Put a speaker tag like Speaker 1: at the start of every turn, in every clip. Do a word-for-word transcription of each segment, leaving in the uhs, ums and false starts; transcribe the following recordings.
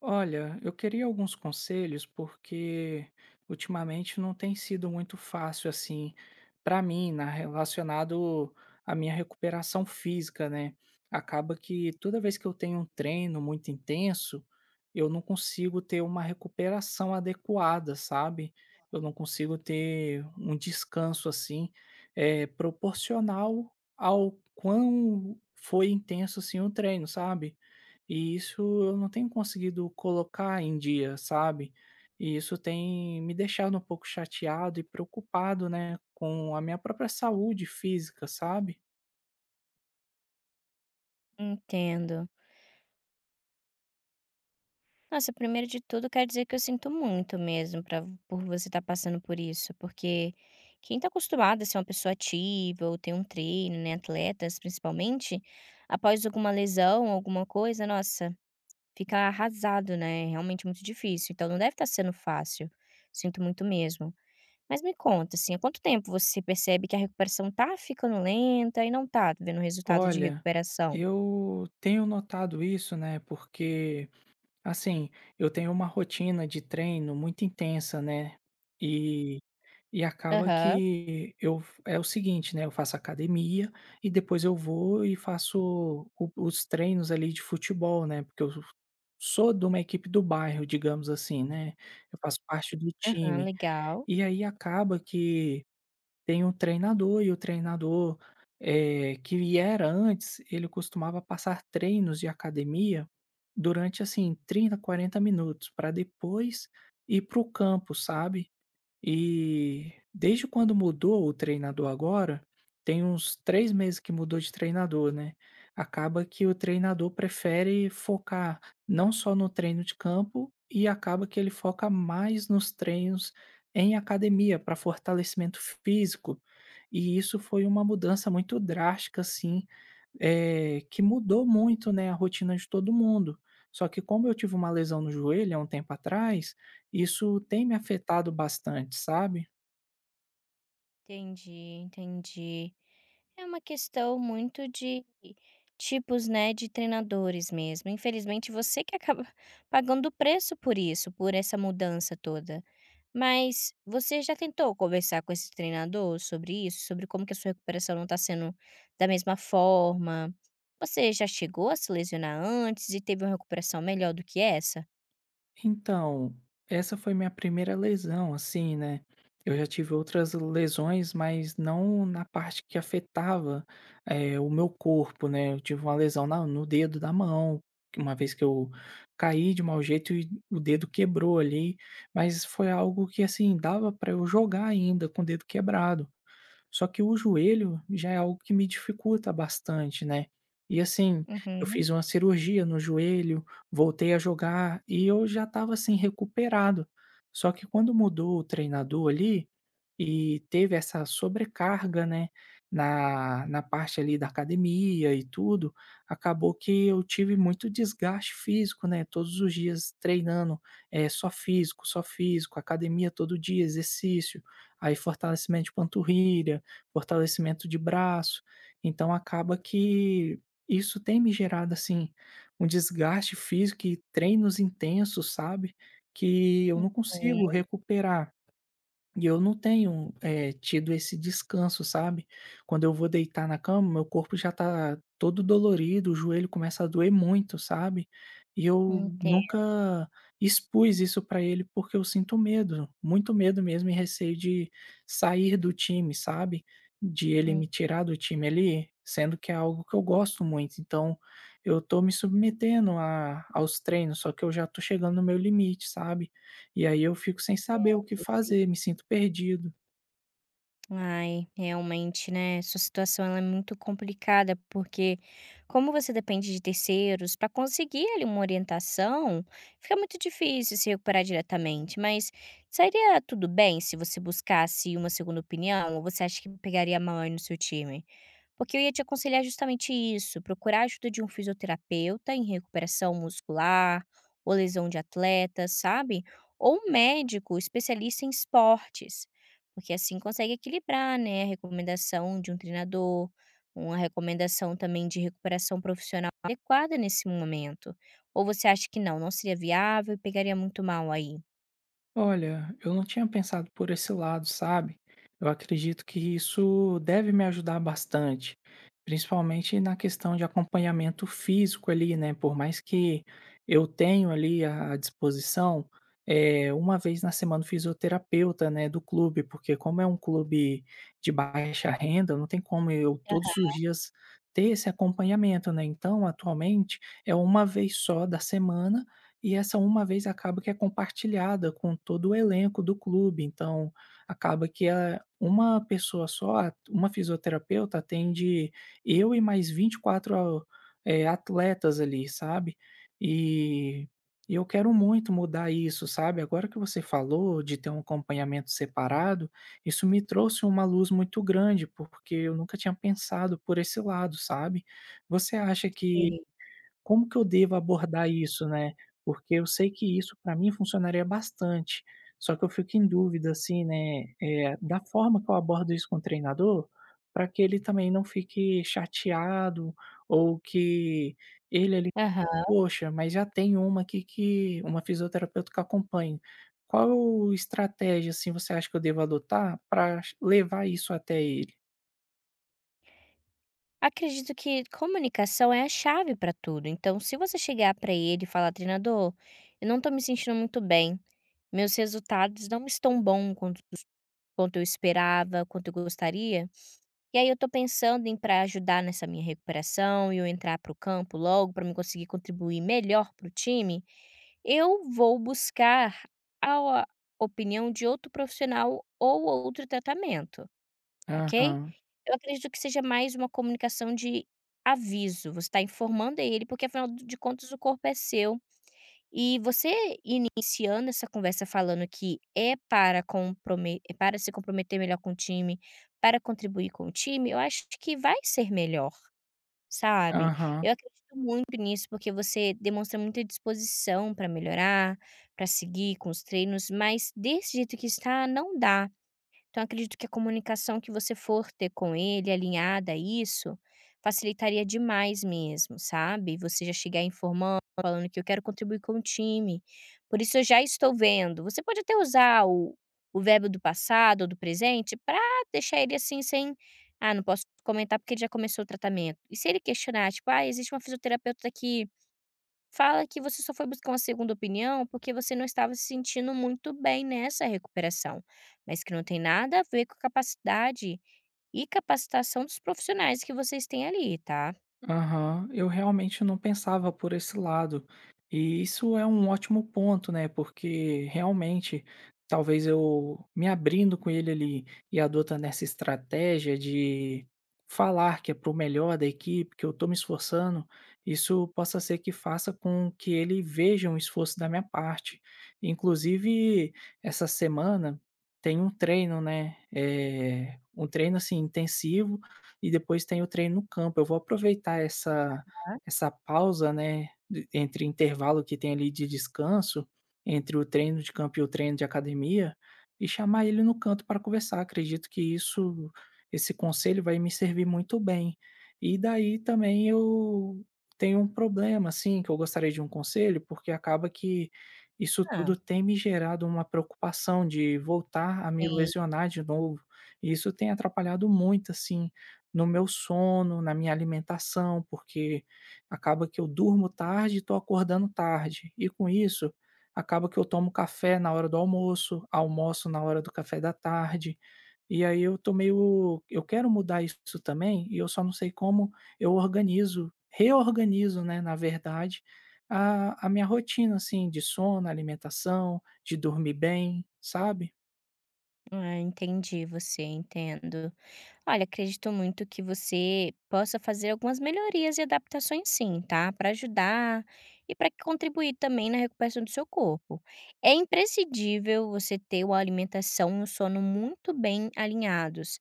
Speaker 1: Olha, eu queria alguns conselhos porque ultimamente não tem sido muito fácil assim para mim, na relacionado à minha recuperação física, né? Acaba que toda vez que eu tenho um treino muito intenso, eu não consigo ter uma recuperação adequada, sabe? Eu não consigo ter um descanso assim, é, proporcional ao quão foi intenso assim o treino, sabe? E isso eu não tenho conseguido colocar em dia, sabe? E isso tem me deixado um pouco chateado e preocupado, né, com a minha própria saúde física, sabe?
Speaker 2: Entendo. Nossa, primeiro de tudo, quero dizer que eu sinto muito mesmo pra, por você estar passando por isso, porque quem está acostumado a ser uma pessoa ativa ou ter um treino, né, atletas principalmente, após alguma lesão, alguma coisa, nossa, fica arrasado, né? É realmente muito difícil. Então não deve estar sendo fácil. Sinto muito mesmo. Mas me conta, assim, há quanto tempo você percebe que a recuperação tá ficando lenta e não tá vendo resultado de
Speaker 1: Olha,
Speaker 2: recuperação?
Speaker 1: eu tenho notado isso, né, porque, assim, eu tenho uma rotina de treino muito intensa, né? e E acaba
Speaker 2: Aham,
Speaker 1: que eu é o seguinte, né, eu faço academia e depois eu vou e faço o os treinos ali de futebol, né, porque eu sou de uma equipe do bairro, digamos assim, né, eu faço parte do
Speaker 2: aham,
Speaker 1: time.
Speaker 2: legal.
Speaker 1: E aí acaba que tem um treinador e o treinador, eh, que era antes, ele costumava passar treinos de academia durante, assim, trinta quarenta minutos, para depois ir para o campo, sabe. E desde quando mudou o treinador agora, tem uns três meses que mudou de treinador, né, acaba que o treinador prefere focar não só no treino de campo e acaba que ele foca mais nos treinos em academia, para fortalecimento físico, e isso foi uma mudança muito drástica, assim, eh, que mudou muito, né, a rotina de todo mundo. Só que como eu tive uma lesão no joelho há um tempo atrás, isso tem me afetado bastante, sabe?
Speaker 2: Entendi, entendi. É uma questão muito de tipos, né, de treinadores mesmo. Infelizmente, você que acaba pagando o preço por isso, por essa mudança toda. Mas você já tentou conversar com esse treinador sobre isso? Sobre como que a sua recuperação não está sendo da mesma forma? Você já chegou a se lesionar antes e teve uma recuperação melhor do que essa?
Speaker 1: Então, essa foi minha primeira lesão, assim, né. Eu já tive outras lesões, mas não na parte que afetava, eh, o meu corpo, né. Eu tive uma lesão na no dedo da mão, que uma vez que eu caí de mau jeito e o dedo quebrou ali, mas foi algo que, assim, dava para eu jogar ainda com o dedo quebrado. Só que o joelho já é algo que me dificulta bastante, né. E assim, eu
Speaker 2: Uhum.
Speaker 1: fiz uma cirurgia no joelho, voltei a jogar e eu já estava, assim, recuperado. Só que quando mudou o treinador ali, e teve essa sobrecarga, né, na na parte ali da academia e tudo, acabou que eu tive muito desgaste físico, né, todos os dias treinando, é só físico, só físico, academia todo dia, exercício, aí fortalecimento de panturrilha, fortalecimento de braço, então acaba que isso tem me gerado, assim, um desgaste físico e treinos intensos, sabe, que eu não consigo
Speaker 2: Uhum.
Speaker 1: recuperar. E eu não tenho, eh, tido esse descanso, sabe. Quando eu vou deitar na cama, meu corpo já tá todo dolorido, o joelho começa a doer muito, sabe. E eu
Speaker 2: Entendo.
Speaker 1: nunca expus isso pra ele, porque eu sinto medo, muito medo mesmo e receio de sair do time, sabe. De ele me
Speaker 2: Entendo,
Speaker 1: tirar do time ali, sendo que é algo que eu gosto muito. Então, eu tô me submetendo a aos treinos, só que eu já tô chegando no meu limite, sabe. E aí eu fico sem saber o que
Speaker 2: sim.
Speaker 1: fazer, me sinto perdido.
Speaker 2: Ai, realmente, né, sua situação ela é muito complicada, porque como você depende de terceiros, para conseguir ali uma orientação, fica muito difícil se recuperar diretamente, mas seria tudo bem se você buscasse uma segunda opinião, ou você acha que pegaria mal aí no seu time? Porque eu ia te aconselhar justamente isso, procurar a ajuda de um fisioterapeuta em recuperação muscular ou lesão de atleta, sabe? Ou um médico especialista em esportes, porque assim consegue equilibrar, né, a recomendação de um treinador, uma recomendação também de recuperação profissional adequada nesse momento. Ou você acha que não, não seria viável e pegaria muito mal aí?
Speaker 1: Olha, eu não tinha pensado por esse lado, sabe? Eu acredito que isso deve me ajudar bastante, principalmente na questão de acompanhamento físico ali, né? Por mais que eu tenho ali à à disposição, é, uma vez na semana o fisioterapeuta, né, do clube, porque como é um clube de baixa renda, não tem como eu todos os dias ter esse acompanhamento, né? Então, atualmente é uma vez só da semana e essa uma vez acaba que é compartilhada com todo o elenco do clube, então acaba que é uma pessoa só, a uma fisioterapeuta atende eu e mais vinte e quatro, eh, atletas ali, sabe. E e eu quero muito mudar isso, sabe. Agora que você falou de ter um acompanhamento separado, isso me trouxe uma luz muito grande, porque eu nunca tinha pensado por esse lado, sabe. Você acha que
Speaker 2: Sim.
Speaker 1: como que eu devo abordar isso, né? Porque eu sei que isso para mim funcionaria bastante, só que eu fico em dúvida, assim, né, eh, da forma que eu abordo isso com o treinador, para que ele também não fique chateado ou que ele ali:
Speaker 2: Aham.
Speaker 1: "Poxa, mas já tem uma aqui que uma fisioterapeuta que eu acompanho." Qual estratégia, assim, você acha que eu devo adotar para levar isso até ele?
Speaker 2: Acredito que comunicação é a chave para tudo, então se você chegar para ele e falar: "Treinador, eu não tô me sentindo muito bem, meus resultados não estão bom quanto quanto eu esperava, quanto eu gostaria, e aí eu tô pensando em para ajudar nessa minha recuperação e eu entrar para o campo logo para me conseguir contribuir melhor para o time, eu vou buscar a a opinião de outro profissional ou outro tratamento". Ok?
Speaker 1: Aham,
Speaker 2: Eu acredito que seja mais uma comunicação de aviso, você está informando a ele, porque afinal de contas o corpo é seu. E você iniciando essa conversa falando que é para comprome é para se comprometer melhor com o time, para contribuir com o time, eu acho que vai ser melhor, sabe?
Speaker 1: aham.
Speaker 2: Eu acredito muito nisso, porque você demonstra muita disposição para melhorar, para seguir com os treinos, mas desse jeito que está, não dá. Então acredito que a comunicação que você for ter com ele, alinhada a isso, facilitaria demais mesmo, sabe? Você já chegar informando, falando que eu quero contribuir com o time, por isso eu já estou vendo. Você pode até usar o o verbo do passado ou do presente para deixar ele, assim, sem: "Ah, não posso comentar porque ele já começou o tratamento". E se ele questionar, tipo: "Ah, existe uma fisioterapeuta aqui? Fala que você só foi buscar uma segunda opinião porque você não estava se sentindo muito bem nessa recuperação, mas que não tem nada a ver com a capacidade e capacitação dos profissionais que vocês têm ali, tá?
Speaker 1: Aham, eu realmente não pensava por esse lado. E isso é um ótimo ponto, né? Porque realmente, talvez eu me abrindo com ele ali e adotando essa estratégia de falar que é pro melhor da equipe, que eu tô me esforçando, isso possa ser que faça com que ele veja um esforço da minha parte. Inclusive, essa semana tem um treino, né? É, um treino assim intensivo e depois tem o treino no campo. Eu vou aproveitar essa essa pausa, né, de entre intervalo que tem ali de descanso, entre o treino de campo e o treino de academia, e chamar ele no canto para conversar. Acredito que isso esse conselho vai me servir muito bem. E daí também eu tenho um problema, assim, que eu gostaria de um conselho, porque acaba que isso
Speaker 2: Ah,
Speaker 1: tudo tem me gerado uma preocupação de voltar a me
Speaker 2: sim.
Speaker 1: lesionar de novo, e isso tem atrapalhado muito, assim. No meu sono, na minha alimentação, porque acaba que eu durmo tarde e tô acordando tarde. E com isso, acaba que eu tomo café na hora do almoço, almoço na hora do café da tarde, e aí eu tô meio eu quero mudar isso também e eu só não sei como eu organizo, reorganizo, né, na verdade, a a minha rotina, assim, de sono, alimentação, de dormir bem, sabe?
Speaker 2: Ah, entendi você, entendo. Olha, acredito muito que você possa fazer algumas melhorias e adaptações sim, tá? Para ajudar e para contribuir também na recuperação do seu corpo. É imprescindível você ter uma alimentação e um sono muito bem alinhados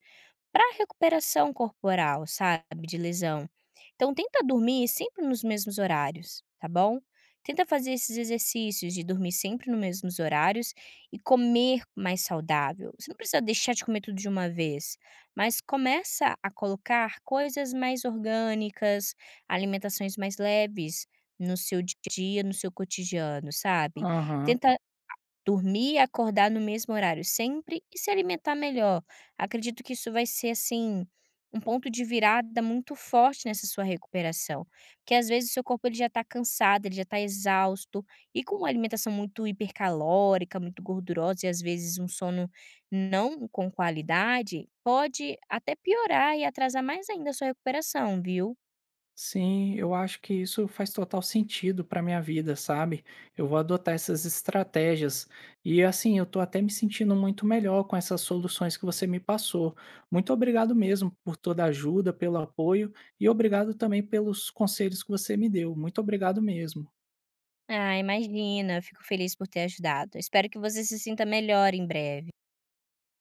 Speaker 2: para recuperação corporal, sabe, de lesão. Então tenta dormir sempre nos mesmos horários, tá bom? Tenta fazer esses exercícios de dormir sempre nos mesmos horários e comer mais saudável. Você não precisa deixar de comer tudo de uma vez, mas começa a colocar coisas mais orgânicas, alimentações mais leves no seu dia a dia, no seu cotidiano, sabe?
Speaker 1: Aham.
Speaker 2: Tenta dormir e acordar no mesmo horário sempre e se alimentar melhor. Acredito que isso vai ser, assim, um ponto de virada muito forte nessa sua recuperação, porque às vezes o seu corpo ele já está cansado, ele já está exausto e com uma alimentação muito hipercalórica, muito gordurosa e às vezes um sono não com qualidade, pode até piorar e atrasar mais ainda a sua recuperação, viu?
Speaker 1: Sim, eu acho que isso faz total sentido para minha vida, sabe? Eu vou adotar essas estratégias. E assim, eu tô até me sentindo muito melhor com essas soluções que você me passou. Muito obrigado mesmo por toda a ajuda, pelo apoio e obrigado também pelos conselhos que você me deu. Muito obrigado mesmo.
Speaker 2: Ah, imagina, eu fico feliz por ter ajudado. Espero que você se sinta melhor em breve.